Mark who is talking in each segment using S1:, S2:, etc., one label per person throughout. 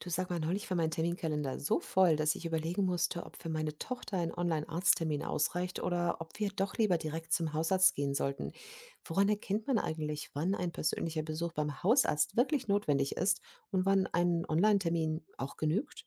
S1: Du, sag mal, neulich war mein Terminkalender so voll, dass ich überlegen musste, ob für meine Tochter ein Online-Arzttermin ausreicht oder ob wir doch lieber direkt zum Hausarzt gehen sollten. Woran erkennt man eigentlich, wann ein persönlicher Besuch beim Hausarzt wirklich notwendig ist und wann ein Online-Termin auch genügt?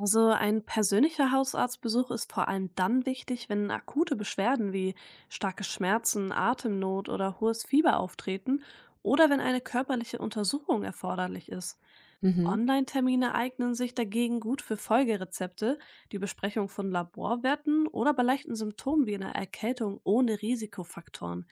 S2: Also ein persönlicher Hausarztbesuch ist vor allem dann wichtig, wenn akute Beschwerden wie starke Schmerzen, Atemnot oder hohes Fieber auftreten oder wenn eine körperliche Untersuchung erforderlich ist.
S1: Mhm,
S2: Online-Termine eignen sich dagegen gut für Folgerezepte, die Besprechung von Laborwerten oder bei leichten Symptomen wie einer Erkältung ohne Risikofaktoren.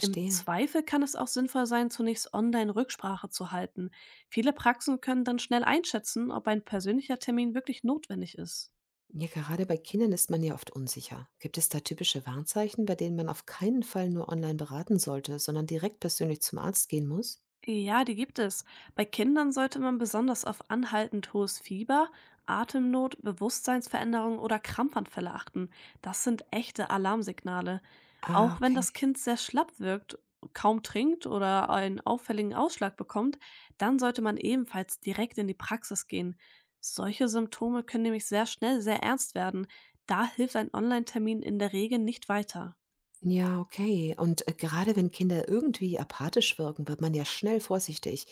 S2: Im Zweifel kann es auch sinnvoll sein, zunächst online Rücksprache zu halten. Viele Praxen können dann schnell einschätzen, ob ein persönlicher Termin wirklich notwendig ist.
S1: Ja, gerade bei Kindern ist man ja oft unsicher. Gibt es da typische Warnzeichen, bei denen man auf keinen Fall nur online beraten sollte, sondern direkt persönlich zum Arzt gehen muss?
S2: Ja, die gibt es. Bei Kindern sollte man besonders auf anhaltend hohes Fieber, Atemnot, Bewusstseinsveränderungen oder Krampfanfälle achten. Das sind echte Alarmsignale.
S1: Ah,
S2: Auch wenn
S1: okay.
S2: das Kind sehr schlapp wirkt, kaum trinkt oder einen auffälligen Ausschlag bekommt, dann sollte man ebenfalls direkt in die Praxis gehen. Solche Symptome können nämlich sehr schnell sehr ernst werden. Da hilft ein Online-Termin in der Regel nicht weiter.
S1: Ja, okay. Und, gerade wenn Kinder irgendwie apathisch wirken, wird man ja schnell vorsichtig.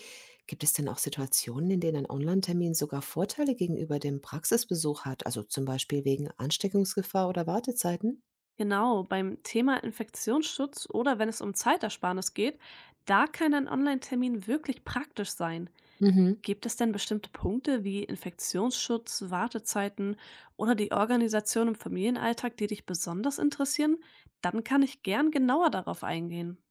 S1: Gibt es denn auch Situationen, in denen ein Online-Termin sogar Vorteile gegenüber dem Praxisbesuch hat, also zum Beispiel wegen Ansteckungsgefahr oder Wartezeiten?
S2: Genau, beim Thema Infektionsschutz oder wenn es um Zeitersparnis geht, da kann ein Online-Termin wirklich praktisch sein.
S1: Mhm.
S2: Gibt es denn bestimmte Punkte wie Infektionsschutz, Wartezeiten oder die Organisation im Familienalltag, die dich besonders interessieren? Dann kann ich gern genauer darauf eingehen.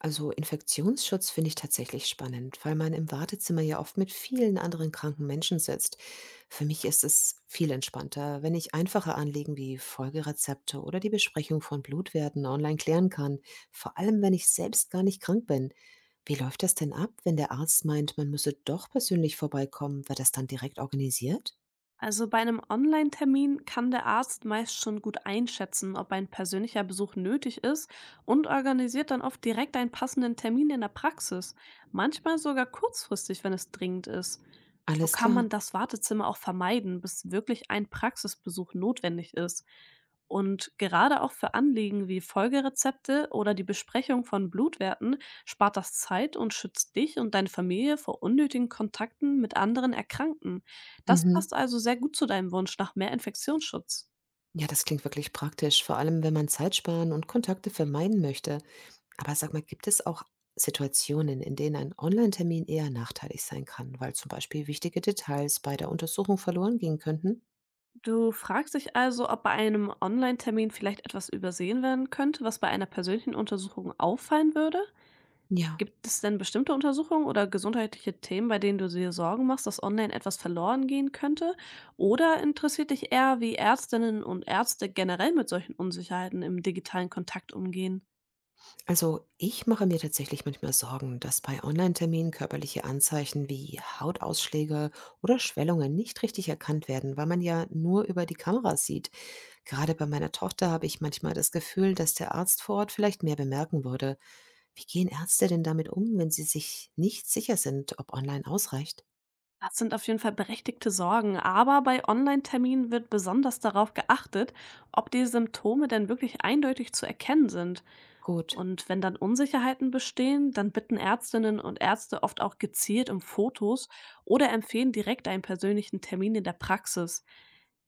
S1: Also Infektionsschutz finde ich tatsächlich spannend, weil man im Wartezimmer ja oft mit vielen anderen kranken Menschen sitzt. Für mich ist es viel entspannter, wenn ich einfache Anliegen wie Folgerezepte oder die Besprechung von Blutwerten online klären kann, vor allem wenn ich selbst gar nicht krank bin. Wie läuft das denn ab, wenn der Arzt meint, man müsse doch persönlich vorbeikommen? Wird das dann direkt organisiert?
S2: Also bei einem Online-Termin kann der Arzt meist schon gut einschätzen, ob ein persönlicher Besuch nötig ist und organisiert dann oft direkt einen passenden Termin in der Praxis, manchmal sogar kurzfristig, wenn es dringend ist. So
S1: Alles
S2: kann man
S1: klar.
S2: das Wartezimmer auch vermeiden, bis wirklich ein Praxisbesuch notwendig ist. Und gerade auch für Anliegen wie Folgerezepte oder die Besprechung von Blutwerten spart das Zeit und schützt dich und deine Familie vor unnötigen Kontakten mit anderen Erkrankten. Das
S1: Mhm.
S2: passt also sehr gut zu deinem Wunsch nach mehr Infektionsschutz.
S1: Ja, das klingt wirklich praktisch, vor allem wenn man Zeit sparen und Kontakte vermeiden möchte. Aber sag mal, gibt es auch Situationen, in denen ein Online-Termin eher nachteilig sein kann, weil zum Beispiel wichtige Details bei der Untersuchung verloren gehen könnten?
S2: Du fragst dich also, ob bei einem Online-Termin vielleicht etwas übersehen werden könnte, was bei einer persönlichen Untersuchung auffallen würde?
S1: Ja,
S2: Gibt es denn bestimmte Untersuchungen oder gesundheitliche Themen, bei denen du dir Sorgen machst, dass online etwas verloren gehen könnte? Oder interessiert dich eher, wie Ärztinnen und Ärzte generell mit solchen Unsicherheiten im digitalen Kontakt umgehen?
S1: also ich mache mir tatsächlich manchmal Sorgen, dass bei Online-Terminen körperliche Anzeichen wie Hautausschläge oder Schwellungen nicht richtig erkannt werden, weil man ja nur über die Kamera sieht. Gerade bei meiner Tochter habe ich manchmal das Gefühl, dass der Arzt vor Ort vielleicht mehr bemerken würde. Wie gehen Ärzte denn damit um, wenn sie sich nicht sicher sind, ob online ausreicht?
S2: Das sind auf jeden Fall berechtigte Sorgen, aber bei Online-Terminen wird besonders darauf geachtet, ob die Symptome denn wirklich eindeutig zu erkennen sind.
S1: Gut.
S2: Und wenn dann Unsicherheiten bestehen, dann bitten Ärztinnen und Ärzte oft auch gezielt um Fotos oder empfehlen direkt einen persönlichen Termin in der Praxis.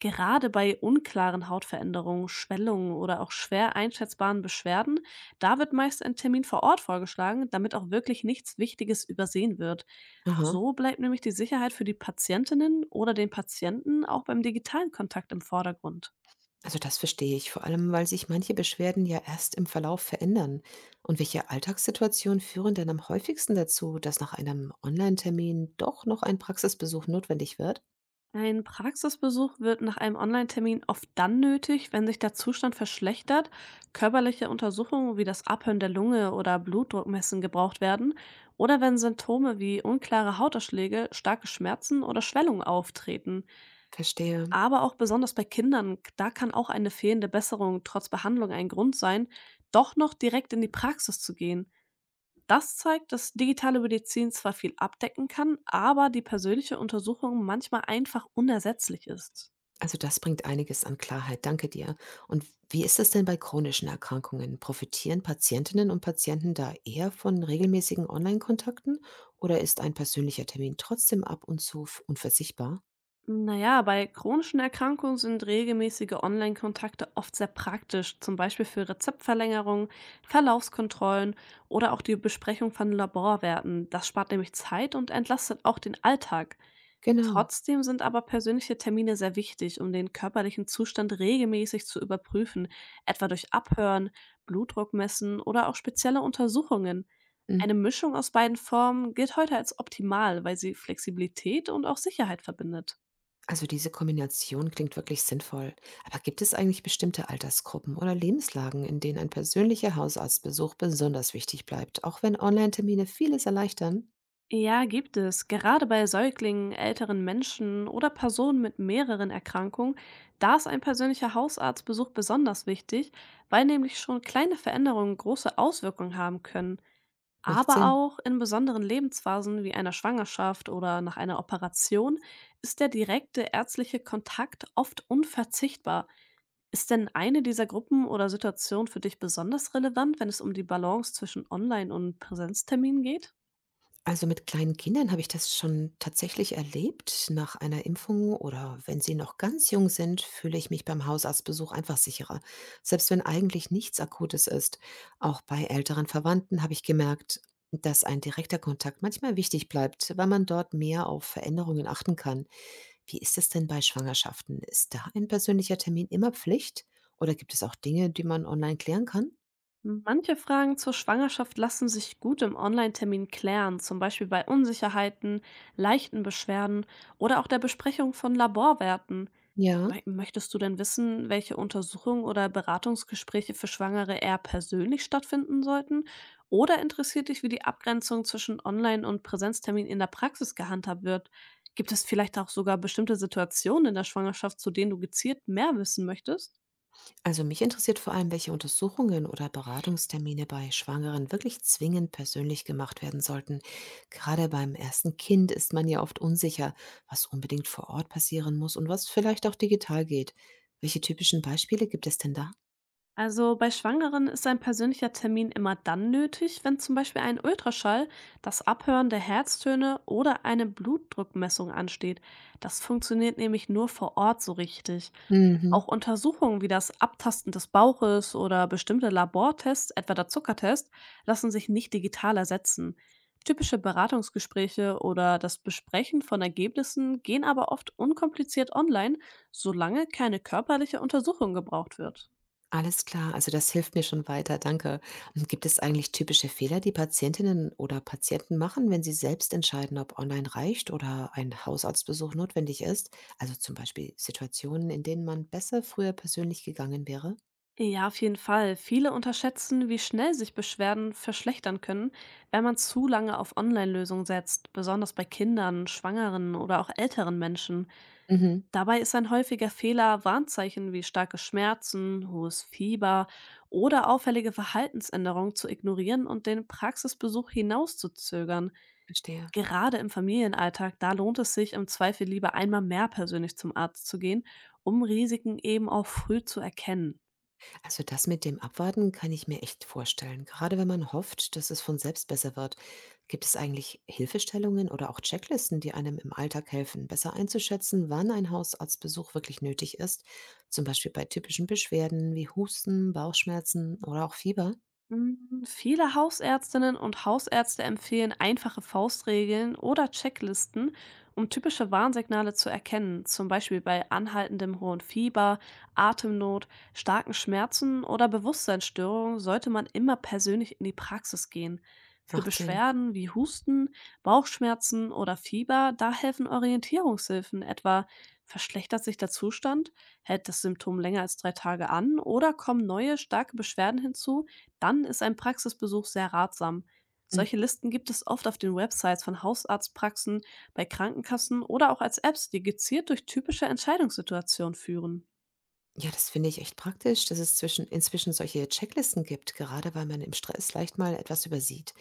S2: Gerade bei unklaren Hautveränderungen, Schwellungen oder auch schwer einschätzbaren Beschwerden, da wird meist ein Termin vor Ort vorgeschlagen, damit auch wirklich nichts Wichtiges übersehen wird.
S1: Aha.
S2: So bleibt nämlich die Sicherheit für die Patientinnen oder den Patienten auch beim digitalen Kontakt im Vordergrund.
S1: Also das verstehe ich, vor allem weil sich manche Beschwerden ja erst im Verlauf verändern. Und welche Alltagssituationen führen denn am häufigsten dazu, dass nach einem Online-Termin doch noch ein Praxisbesuch notwendig wird?
S2: Ein Praxisbesuch wird nach einem Online-Termin oft dann nötig, wenn sich der Zustand verschlechtert, körperliche Untersuchungen wie das Abhören der Lunge oder Blutdruckmessen gebraucht werden oder wenn Symptome wie unklare Hauterschläge, starke Schmerzen oder Schwellungen auftreten.
S1: Verstehe.
S2: Aber auch besonders bei Kindern, da kann auch eine fehlende Besserung trotz Behandlung ein Grund sein, doch noch direkt in die Praxis zu gehen. Das zeigt, dass digitale Medizin zwar viel abdecken kann, aber die persönliche Untersuchung manchmal einfach unersetzlich ist.
S1: Also das bringt einiges an Klarheit, danke dir. Und wie ist es denn bei chronischen Erkrankungen? Profitieren Patientinnen und Patienten da eher von regelmäßigen Online-Kontakten oder ist ein persönlicher Termin trotzdem ab und zu unverzichtbar?
S2: Na ja, bei chronischen Erkrankungen sind regelmäßige Online-Kontakte oft sehr praktisch, zum Beispiel für Rezeptverlängerungen, Verlaufskontrollen oder auch die Besprechung von Laborwerten. Das spart nämlich Zeit und entlastet auch den Alltag.
S1: Genau.
S2: Trotzdem sind aber persönliche Termine sehr wichtig, um den körperlichen Zustand regelmäßig zu überprüfen, etwa durch Abhören, Blutdruck messen oder auch spezielle Untersuchungen. Eine Mischung aus beiden Formen gilt heute als optimal, weil sie Flexibilität und auch Sicherheit verbindet.
S1: Also diese Kombination klingt wirklich sinnvoll. Aber gibt es eigentlich bestimmte Altersgruppen oder Lebenslagen, in denen ein persönlicher Hausarztbesuch besonders wichtig bleibt, auch wenn Online-Termine vieles erleichtern?
S2: Ja, gibt es. Gerade bei Säuglingen, älteren Menschen oder Personen mit mehreren Erkrankungen, da ist ein persönlicher Hausarztbesuch besonders wichtig, weil nämlich schon kleine Veränderungen große Auswirkungen haben können.
S1: Macht
S2: Aber
S1: Sinn.
S2: auch in besonderen Lebensphasen wie einer Schwangerschaft oder nach einer Operation ist der direkte ärztliche Kontakt oft unverzichtbar. Ist denn eine dieser Gruppen oder Situationen für dich besonders relevant, wenn es um die Balance zwischen Online- und Präsenzterminen geht?
S1: Also, mit kleinen Kindern habe ich das schon tatsächlich erlebt. Nach einer Impfung oder wenn sie noch ganz jung sind, fühle ich mich beim Hausarztbesuch einfach sicherer, selbst wenn eigentlich nichts Akutes ist. Auch bei älteren Verwandten habe ich gemerkt, dass ein direkter Kontakt manchmal wichtig bleibt, weil man dort mehr auf Veränderungen achten kann. Wie ist es denn bei Schwangerschaften? Ist da ein persönlicher Termin immer Pflicht oder gibt es auch Dinge, die man online klären kann?
S2: Manche Fragen zur Schwangerschaft lassen sich gut im Online-Termin klären, zum Beispiel bei Unsicherheiten, leichten Beschwerden oder auch der Besprechung von Laborwerten.
S1: Ja.
S2: Möchtest du denn wissen, welche Untersuchungen oder Beratungsgespräche für Schwangere eher persönlich stattfinden sollten? Oder interessiert dich, wie die Abgrenzung zwischen Online- und Präsenztermin in der Praxis gehandhabt wird? Gibt es vielleicht auch sogar bestimmte Situationen in der Schwangerschaft, zu denen du gezielt mehr wissen möchtest?
S1: Also mich interessiert vor allem, welche Untersuchungen oder Beratungstermine bei Schwangeren wirklich zwingend persönlich gemacht werden sollten. Gerade beim ersten Kind ist man ja oft unsicher, was unbedingt vor Ort passieren muss und was vielleicht auch digital geht. Welche typischen Beispiele gibt es denn da?
S2: Also bei Schwangeren ist ein persönlicher Termin immer dann nötig, wenn zum Beispiel ein Ultraschall, das Abhören der Herztöne oder eine Blutdruckmessung ansteht. Das funktioniert nämlich nur vor Ort so richtig. Auch
S1: Mhm.
S2: Untersuchungen wie das Abtasten des Bauches oder bestimmte Labortests, etwa der Zuckertest, lassen sich nicht digital ersetzen. Typische Beratungsgespräche oder das Besprechen von Ergebnissen gehen aber oft unkompliziert online, solange keine körperliche Untersuchung gebraucht wird.
S1: Alles klar, also das hilft mir schon weiter, danke. Und gibt es eigentlich typische Fehler, die Patientinnen oder Patienten machen, wenn sie selbst entscheiden, ob online reicht oder ein Hausarztbesuch notwendig ist? Also zum Beispiel Situationen, in denen man besser früher persönlich gegangen wäre?
S2: Ja, auf jeden Fall. Viele unterschätzen, wie schnell sich Beschwerden verschlechtern können, wenn man zu lange auf Online-Lösungen setzt, besonders bei Kindern, Schwangeren oder auch älteren Menschen.
S1: Mhm.
S2: Dabei ist ein häufiger Fehler Warnzeichen wie starke Schmerzen, hohes Fieber oder auffällige Verhaltensänderungen zu ignorieren und den Praxisbesuch hinauszuzögern.
S1: Verstehe.
S2: Gerade im Familienalltag, da lohnt es sich im Zweifel lieber einmal mehr persönlich zum Arzt zu gehen, um Risiken eben auch früh zu erkennen.
S1: Also das mit dem Abwarten kann ich mir echt vorstellen. Gerade wenn man hofft, dass es von selbst besser wird. Gibt es eigentlich Hilfestellungen oder auch Checklisten, die einem im Alltag helfen, besser einzuschätzen, wann ein Hausarztbesuch wirklich nötig ist? Zum Beispiel bei typischen Beschwerden wie Husten, Bauchschmerzen oder auch Fieber?
S2: Viele Hausärztinnen und Hausärzte empfehlen einfache Faustregeln oder Checklisten, um typische Warnsignale zu erkennen, zum Beispiel bei anhaltendem hohen Fieber, Atemnot, starken Schmerzen oder Bewusstseinsstörungen sollte man immer persönlich in die Praxis gehen. Für
S1: Macht Sinn.
S2: Beschwerden wie Husten, Bauchschmerzen oder Fieber, da helfen Orientierungshilfen, etwa verschlechtert sich der Zustand, hält das Symptom länger als 3 Tage an oder kommen neue starke Beschwerden hinzu, dann ist ein Praxisbesuch sehr ratsam.
S1: Mm.
S2: Solche Listen gibt es oft auf den Websites von Hausarztpraxen, bei Krankenkassen oder auch als Apps, die gezielt durch typische Entscheidungssituationen führen.
S1: Ja, das finde ich echt praktisch, dass es inzwischen solche Checklisten gibt, gerade weil man im Stress leicht mal etwas übersieht.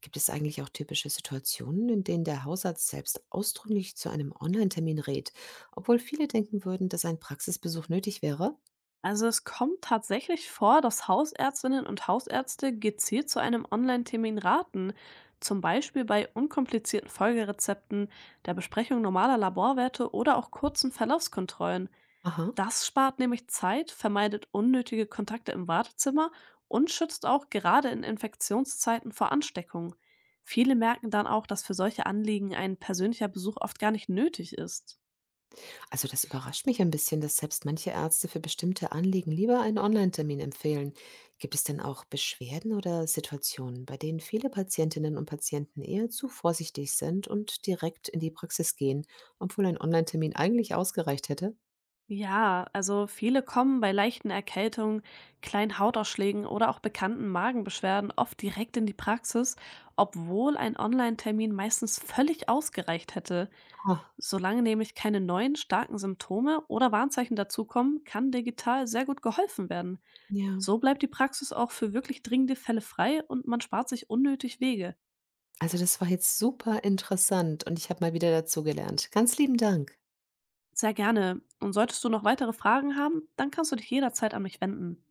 S1: Gibt es eigentlich auch typische Situationen, in denen der Hausarzt selbst ausdrücklich zu einem Online-Termin rät, obwohl viele denken würden, dass ein Praxisbesuch nötig wäre?
S2: Also es kommt tatsächlich vor, dass Hausärztinnen und Hausärzte gezielt zu einem Online-Termin raten, zum Beispiel bei unkomplizierten Folgerezepten, der Besprechung normaler Laborwerte oder auch kurzen Verlaufskontrollen.
S1: Aha.
S2: Das spart nämlich Zeit, vermeidet unnötige Kontakte im Wartezimmer und schützt auch gerade in Infektionszeiten vor Ansteckung. Viele merken dann auch, dass für solche Anliegen ein persönlicher Besuch oft gar nicht nötig ist.
S1: Also das überrascht mich ein bisschen, dass selbst manche Ärzte für bestimmte Anliegen lieber einen Online-Termin empfehlen. Gibt es denn auch Beschwerden oder Situationen, bei denen viele Patientinnen und Patienten eher zu vorsichtig sind und direkt in die Praxis gehen, obwohl ein Online-Termin eigentlich ausgereicht hätte?
S2: Ja, also viele kommen bei leichten Erkältungen, kleinen Hautausschlägen oder auch bekannten Magenbeschwerden oft direkt in die Praxis, obwohl ein Online-Termin meistens völlig ausgereicht hätte.
S1: Ha.
S2: Solange nämlich keine neuen starken Symptome oder Warnzeichen dazukommen, kann digital sehr gut geholfen werden.
S1: Ja.
S2: So bleibt die Praxis auch für wirklich dringende Fälle frei und man spart sich unnötig Wege.
S1: Also, das war jetzt super interessant und ich habe mal wieder dazugelernt. Ganz lieben Dank.
S2: Sehr gerne. Und solltest du noch weitere Fragen haben, dann kannst du dich jederzeit an mich wenden.